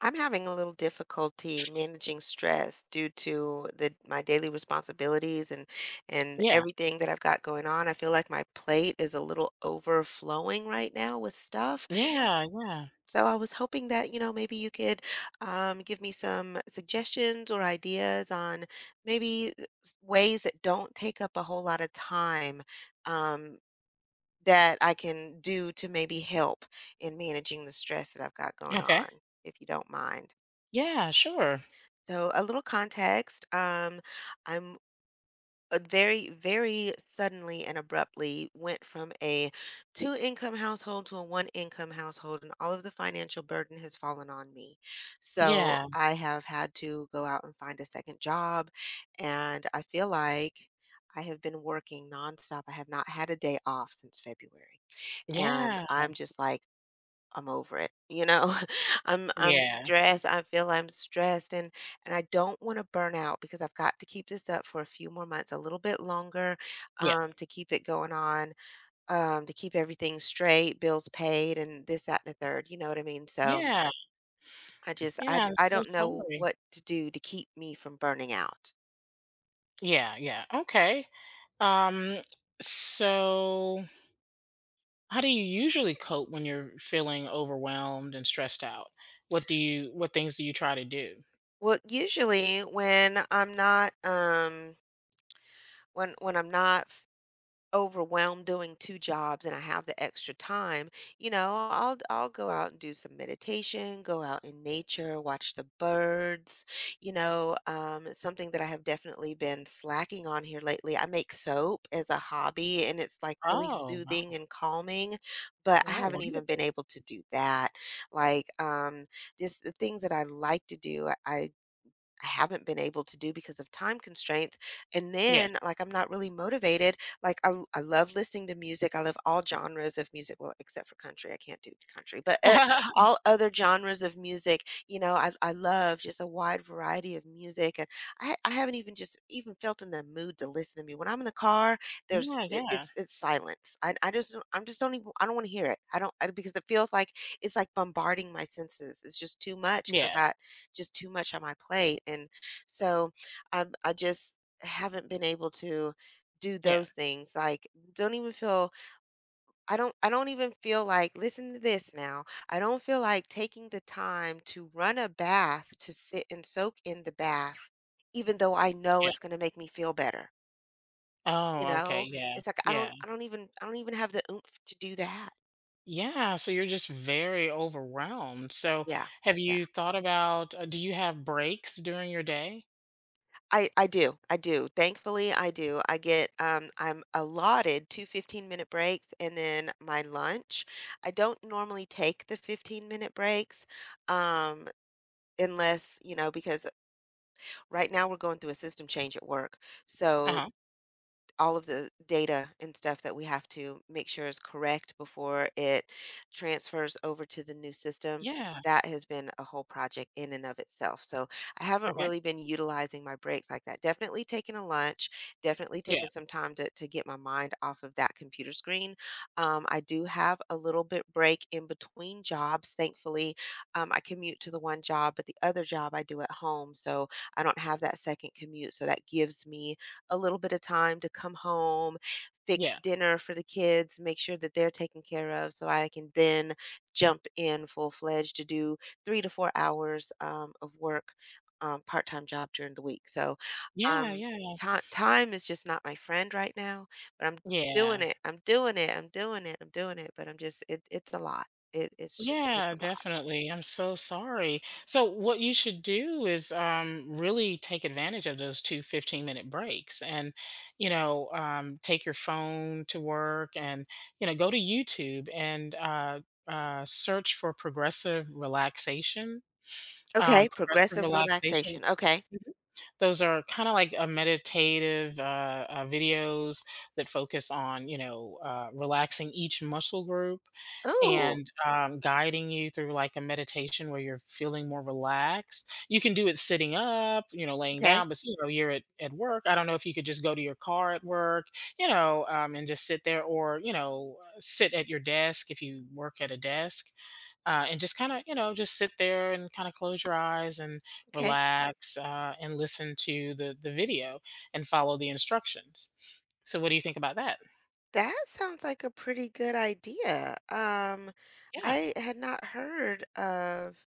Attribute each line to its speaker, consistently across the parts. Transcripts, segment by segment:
Speaker 1: I'm having a little difficulty managing stress due to the my daily responsibilities and
Speaker 2: Yeah.
Speaker 1: everything that I've got going on. I feel like my plate is a little overflowing right now with stuff.
Speaker 2: Yeah, yeah.
Speaker 1: So I was hoping that, you know, maybe you could give me some suggestions or ideas on maybe ways that don't take up a whole lot of time, um, that I can do to maybe help in managing the stress that I've got going
Speaker 2: Okay.
Speaker 1: on, if you don't mind.
Speaker 2: Yeah, sure.
Speaker 1: So, a little context. I'm very, very suddenly and abruptly went from a two income household to a one income household, and all of the financial burden has fallen on me. So,
Speaker 2: Yeah.
Speaker 1: I have had to go out and find a second job, and I feel like I have been working nonstop. I have not had a day off since February. And
Speaker 2: Yeah.
Speaker 1: I'm just like, I'm over it, you know? I'm
Speaker 2: Yeah.
Speaker 1: stressed, I feel I'm stressed, and I don't wanna burn out because I've got to keep this up for a few more months, a little bit longer,
Speaker 2: Yeah.
Speaker 1: to keep it going on, to keep everything straight, bills paid and this, that, and the third, you know what I mean? So
Speaker 2: Yeah.
Speaker 1: I just I
Speaker 2: Yeah,
Speaker 1: d-
Speaker 2: I'm
Speaker 1: I
Speaker 2: so
Speaker 1: don't know
Speaker 2: sorry.
Speaker 1: what to do to keep me from burning out.
Speaker 2: Yeah, yeah. Okay. Um, so how do you usually cope when you're feeling overwhelmed and stressed out? What do you what things do you try to do?
Speaker 1: Well, usually when I'm not overwhelmed doing 2 jobs and I have the extra time, you know, I'll go out and do some meditation, go out in nature, watch the birds, you know, something that I have definitely been slacking on here lately. I make soap as a hobby, and it's like really
Speaker 2: Oh,
Speaker 1: soothing
Speaker 2: wow.
Speaker 1: and calming, but I
Speaker 2: Oh,
Speaker 1: haven't even been
Speaker 2: wonderful.
Speaker 1: able to do that. Like, just the things that I like to do, I haven't been able to do because of time constraints. And
Speaker 2: Yes.
Speaker 1: then, like, I'm not really motivated. Like, I love listening to music. I love all genres of music. Well, except for country, I can't do country, but all other genres of music. You know, I love just a wide variety of music. And I haven't even just even felt in the mood to listen to me. When I'm in the car, there's
Speaker 2: Yeah,
Speaker 1: it-
Speaker 2: yeah.
Speaker 1: it's, it's silence. I just don't, I don't want to hear it. I don't I, because it feels like it's like bombarding my senses. It's just too much because I've
Speaker 2: Yeah,
Speaker 1: got just too much on my plate. And so I just haven't been able to do
Speaker 2: yeah,
Speaker 1: those things. Like, don't even feel I don't even feel like listen to this now. I don't feel like taking the time to run a bath to sit and soak in the bath even though I know
Speaker 2: yeah.
Speaker 1: it's going to make me feel better. You
Speaker 2: Oh, okay.
Speaker 1: know,
Speaker 2: Yeah.
Speaker 1: it's like
Speaker 2: Yeah.
Speaker 1: I don't even have the oomph to do that.
Speaker 2: Yeah, so you're just very overwhelmed. So,
Speaker 1: Yeah.
Speaker 2: have you thought about do you have breaks during your day?
Speaker 1: I do, I do. Thankfully, I do. I get I'm allotted two fifteen 15-minute breaks and then my lunch. I don't normally take the 15-minute breaks, um unless, you know, because right now we're going through a system change at work. So
Speaker 2: Uh-huh.
Speaker 1: all of the data and stuff that we have to make sure is correct before it transfers over to the new system.
Speaker 2: Yeah.
Speaker 1: That has been a whole project in and of itself. So I haven't
Speaker 2: Okay.
Speaker 1: really been utilizing my breaks like that. Definitely taking a lunch, definitely
Speaker 2: Yeah.
Speaker 1: taking some time to get my mind off of that computer screen. I do have a little bit break in between jobs. Thankfully, I commute to the one job, but the other job I do at home. So I don't have that second commute. So that gives me a little bit of time to come home, fix
Speaker 2: Yeah.
Speaker 1: dinner for the kids, make sure that they're taken care of so I can then jump in full fledged to do 3 to 4 hours of work, part time job during the week. So,
Speaker 2: Yeah,
Speaker 1: um,
Speaker 2: yeah.
Speaker 1: time is just not my friend right now, but I'm doing
Speaker 2: Yeah.
Speaker 1: it. I'm doing it. I'm doing it. I'm doing it. But it's a lot. It's just, it's
Speaker 2: Yeah,
Speaker 1: a lot.
Speaker 2: definitely. I'm so sorry. So what you should do is really take advantage of those two 15-minute breaks and you know, take your phone to work and you know, go to YouTube and search for progressive relaxation.
Speaker 1: Okay.
Speaker 2: Progressive
Speaker 1: Progressive
Speaker 2: relaxation,
Speaker 1: relaxation. Okay.
Speaker 2: those are kind of like a meditative videos that focus on, you know, relaxing each muscle group
Speaker 1: Oh,
Speaker 2: and guiding you through like a meditation where you're feeling more relaxed. You can do it sitting up, you know, laying
Speaker 1: okay.
Speaker 2: down, but you know, you're at work. I don't know if you could just go to your car at work, you know, and just sit there or, you know, sit at your desk if you work at a desk, and just kind of, you know, just sit there and kind of close your eyes and
Speaker 1: Okay.
Speaker 2: relax, and listen to the video and follow the instructions. So what do you think about that?
Speaker 1: That sounds like a pretty good idea.
Speaker 2: Yeah,
Speaker 1: I had not heard of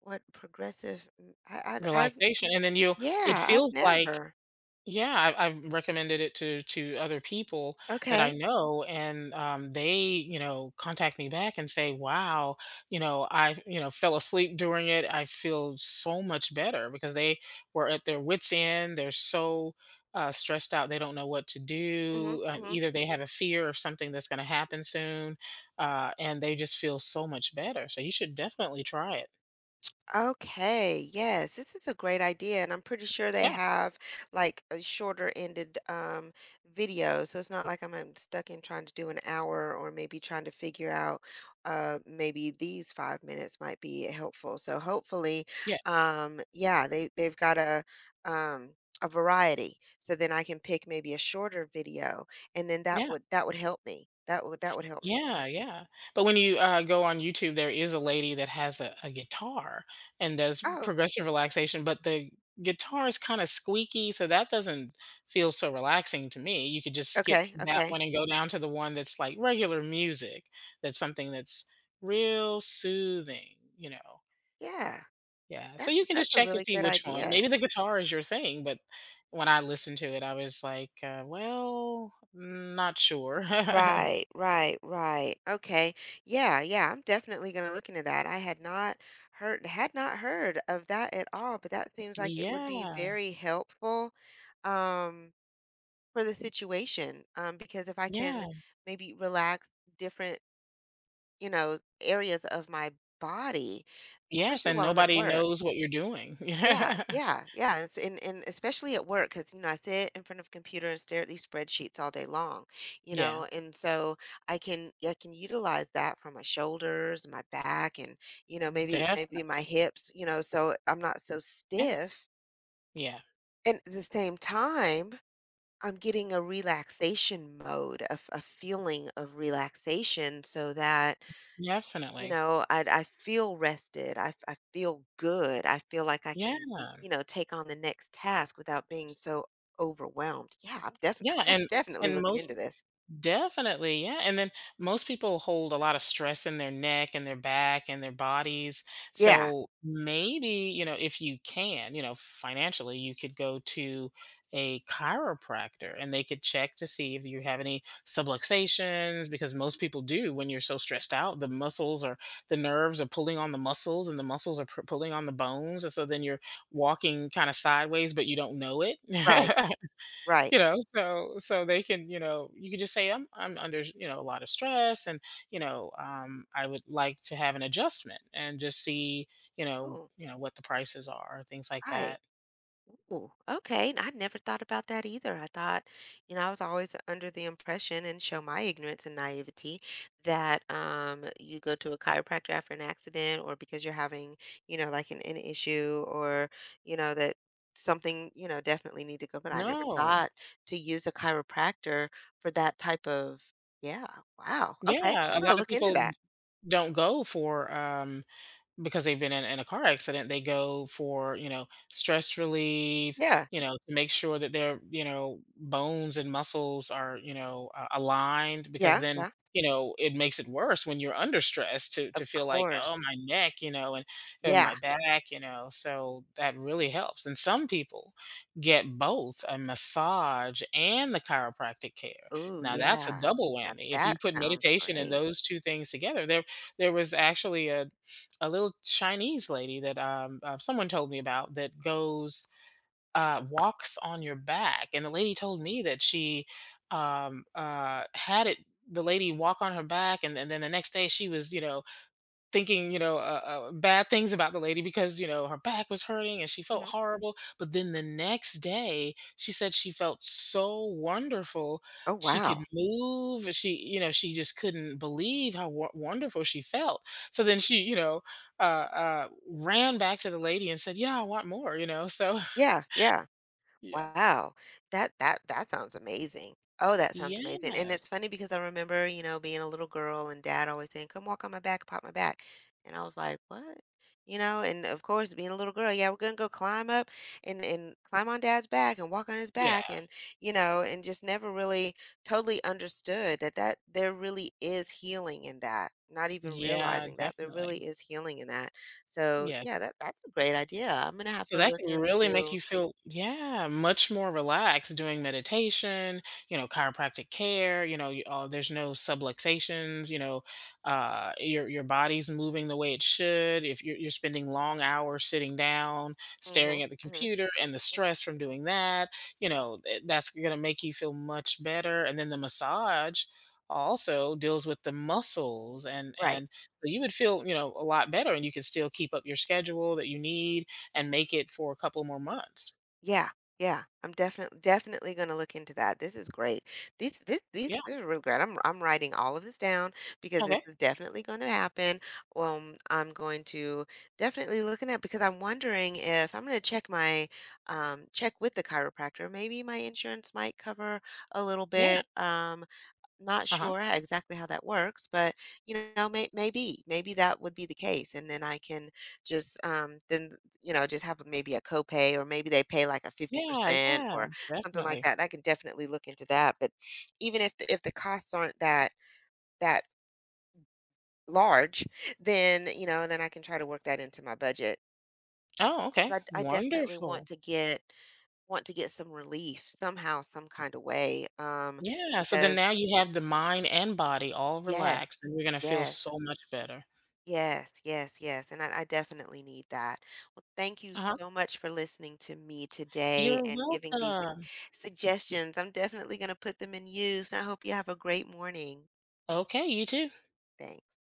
Speaker 1: I've,
Speaker 2: relaxation, and then you'll it
Speaker 1: yeah, I've
Speaker 2: feels like.
Speaker 1: never.
Speaker 2: Yeah, I've recommended it to other people that
Speaker 1: Okay.
Speaker 2: I know, and they, you know, contact me back and say, "Wow, you know, I, you know, fell asleep during it. I feel so much better," because they were at their wits' end. They're so stressed out. They don't know what to
Speaker 1: Mm-hmm,
Speaker 2: do.
Speaker 1: mm-hmm.
Speaker 2: Either they have a fear of something that's going to happen soon, and they just feel so much better. So you should definitely try it.
Speaker 1: Okay, yes, this is a great idea, and I'm pretty sure they
Speaker 2: Yeah,
Speaker 1: have like a shorter ended video, so it's not like I'm, stuck in trying to do an hour, or maybe trying to figure out, maybe these 5 minutes might be helpful. So hopefully,
Speaker 2: yeah,
Speaker 1: yeah, they've got um a variety. So then I can pick maybe a shorter video, and then that
Speaker 2: yeah.
Speaker 1: would that would help me. That would help me.
Speaker 2: Yeah, yeah. But when you, go on YouTube, there is a lady that has a guitar and does
Speaker 1: Oh,
Speaker 2: progressive relaxation, but the guitar is kinda squeaky, so that doesn't feel so relaxing to me. You could just skip
Speaker 1: okay,
Speaker 2: that
Speaker 1: okay.
Speaker 2: one and go down to the one that's, like, regular music, that's something that's real soothing, you know?
Speaker 1: Yeah.
Speaker 2: Yeah, so
Speaker 1: That's
Speaker 2: you can
Speaker 1: that's
Speaker 2: just
Speaker 1: a
Speaker 2: check and
Speaker 1: really
Speaker 2: see
Speaker 1: good
Speaker 2: which one.
Speaker 1: idea.
Speaker 2: Maybe the guitar is your thing, but when I listened to it, I was like, "Well, mm, not sure."
Speaker 1: Right, right, right. Okay. Yeah, yeah, I'm definitely going to look into that. I had not heard of that at all, but that seems like it would be
Speaker 2: Yeah.
Speaker 1: very helpful, um for the situation. Because if I can
Speaker 2: Yeah.
Speaker 1: maybe relax different, you know, areas of my body,
Speaker 2: Yes,
Speaker 1: especially
Speaker 2: and
Speaker 1: while I'm at
Speaker 2: nobody
Speaker 1: work.
Speaker 2: knows what you're doing.
Speaker 1: Yeah, yeah, yeah. It's and especially at work, because you know I sit in front of a computer and stare at these spreadsheets all day long, you
Speaker 2: Yeah,
Speaker 1: know, and so I can utilize that for my shoulders, my back, and, you know,
Speaker 2: yeah,
Speaker 1: maybe
Speaker 2: definitely.
Speaker 1: my hips, you know, so I'm not so
Speaker 2: Yeah,
Speaker 1: stiff.
Speaker 2: yeah,
Speaker 1: And at the same time, I'm getting a relaxation mode, a feeling of relaxation, so that, you
Speaker 2: definitely.
Speaker 1: know, I feel rested. I feel good. I feel like I
Speaker 2: Yeah,
Speaker 1: can, you know, take on the next task without being so overwhelmed. Yeah, I'm definitely
Speaker 2: yeah,
Speaker 1: definitely
Speaker 2: and
Speaker 1: looking into
Speaker 2: most
Speaker 1: this.
Speaker 2: definitely, yeah. And then most people hold a lot of stress in their neck and their back and their bodies.
Speaker 1: Yeah,
Speaker 2: So maybe, you know, if you can, you know, financially, you could go to a chiropractor and they could check to see if you have any subluxations, because most people do when you're so stressed out. The muscles or the nerves are pulling on the muscles and the muscles are pulling on the bones. And so then you're walking kind of sideways, but you don't know it.
Speaker 1: right, right.
Speaker 2: You know, so they can, you know, you can just say I'm under, you know, a lot of stress and, you know, I would like to have an adjustment and just see,
Speaker 1: Ooh,
Speaker 2: you know what the prices are, things like
Speaker 1: right.
Speaker 2: that.
Speaker 1: Oh, okay. I never thought about that either. I thought, you know, I was always under the impression and show my ignorance and naivety that, you go to a chiropractor after an accident or because you're having, you know, like an issue or, you know, that something, you know, definitely need to go. But I never
Speaker 2: No.
Speaker 1: thought to use a chiropractor for that type of, yeah, wow. Okay. I'm
Speaker 2: Yeah, a
Speaker 1: gonna
Speaker 2: lot of
Speaker 1: look into
Speaker 2: people
Speaker 1: that.
Speaker 2: don't go for because they've been in a car accident, they go for, you know, stress relief,
Speaker 1: Yeah.
Speaker 2: you know, to make sure that their, you know, bones and muscles are, you know, aligned, because
Speaker 1: Yeah.
Speaker 2: then,
Speaker 1: Yeah.
Speaker 2: you know, it makes it worse when you're under stress to
Speaker 1: Of
Speaker 2: feel like, oh,
Speaker 1: course.
Speaker 2: my neck, you know, and my
Speaker 1: Yeah.
Speaker 2: back, you know, so that really helps. And some people get both a massage and the chiropractic care.
Speaker 1: Oh,
Speaker 2: Now that's a
Speaker 1: yeah.
Speaker 2: double
Speaker 1: Now
Speaker 2: whammy. If
Speaker 1: that
Speaker 2: you put
Speaker 1: sounds
Speaker 2: meditation and
Speaker 1: great.
Speaker 2: those two things together, there was actually a little Chinese lady that someone told me about that goes, walks on your back, and the lady told me that she had it. The lady walk on her back, and, then the next day she was, you know, thinking, you know, bad things about the lady because, you know, her back was hurting and she felt horrible. But then the next day, she said she felt so wonderful.
Speaker 1: Oh,
Speaker 2: She could
Speaker 1: wow.
Speaker 2: move. She, you know, she just couldn't believe how wonderful she felt. So then she, you know, uh, ran back to the lady and said, you know, I want more, you know. So,
Speaker 1: Yeah, yeah.
Speaker 2: Yeah.
Speaker 1: Wow. That sounds amazing. Oh, that sounds amazing. And it's
Speaker 2: Yes.
Speaker 1: funny because I remember, you know, being a little girl and dad always saying, "Come walk on my back, pop my back." And I was like, "What?" You know, and of course, being a little girl, yeah, we're gonna go climb up and climb on dad's back and walk on his
Speaker 2: Yeah.
Speaker 1: back, and, you know, and just never really totally understood that there really is healing in that. Not even
Speaker 2: Yeah,
Speaker 1: realizing that there
Speaker 2: definitely.
Speaker 1: really is healing in that. So,
Speaker 2: Yeah.
Speaker 1: yeah, that's a great idea. I'm gonna have
Speaker 2: So
Speaker 1: to
Speaker 2: that
Speaker 1: look
Speaker 2: can really make
Speaker 1: into.
Speaker 2: you feel, yeah, much more relaxed doing meditation, you know, chiropractic care, you know, there's no subluxations, you know, your body's moving the way it should. If you're, you're spending long hours sitting down,
Speaker 1: Mhm.
Speaker 2: staring at the
Speaker 1: Mhm.
Speaker 2: computer and the stress from doing that, you know, that's going to make you feel much better. And then the massage also deals with the muscles
Speaker 1: Right.
Speaker 2: and so you would feel, you know, a lot better and you can still keep up your schedule that you need and make it for a couple more months.
Speaker 1: Yeah. Yeah. I'm definitely definitely going to look into that. This is great. These
Speaker 2: Yeah,
Speaker 1: this is really great. I'm writing all of this down because this
Speaker 2: okay.
Speaker 1: is definitely going to happen. I'm going to definitely looking at because I'm wondering if I'm going to check with the chiropractor. Maybe my insurance might cover a little
Speaker 2: Yeah,
Speaker 1: bit. Not
Speaker 2: uh-huh.
Speaker 1: sure exactly how that works, but, you know, maybe that would be the case, and then I can just, then, you know, just have maybe a copay, or maybe they pay like a
Speaker 2: Yeah,
Speaker 1: 50%
Speaker 2: yeah,
Speaker 1: or something like
Speaker 2: definitely.
Speaker 1: that. I can definitely look into that, but even if the costs aren't that large, then, you know, then I can try to work that into my budget
Speaker 2: Oh,
Speaker 1: because
Speaker 2: okay,
Speaker 1: I definitely want
Speaker 2: wonderful.
Speaker 1: to get want to get some relief somehow, some kind of way,
Speaker 2: Yeah, so then
Speaker 1: because
Speaker 2: now you have the mind and body all
Speaker 1: Yes,
Speaker 2: relaxed, and you're gonna feel so
Speaker 1: yes.
Speaker 2: much better.
Speaker 1: Yes, yes, yes. And I definitely need that. Well, thank you
Speaker 2: Uh-huh.
Speaker 1: so much for listening to me today
Speaker 2: You're
Speaker 1: and giving these
Speaker 2: welcome.
Speaker 1: suggestions. I'm definitely going to put them in use. I hope you have a great morning.
Speaker 2: Okay, you too.
Speaker 1: Thanks.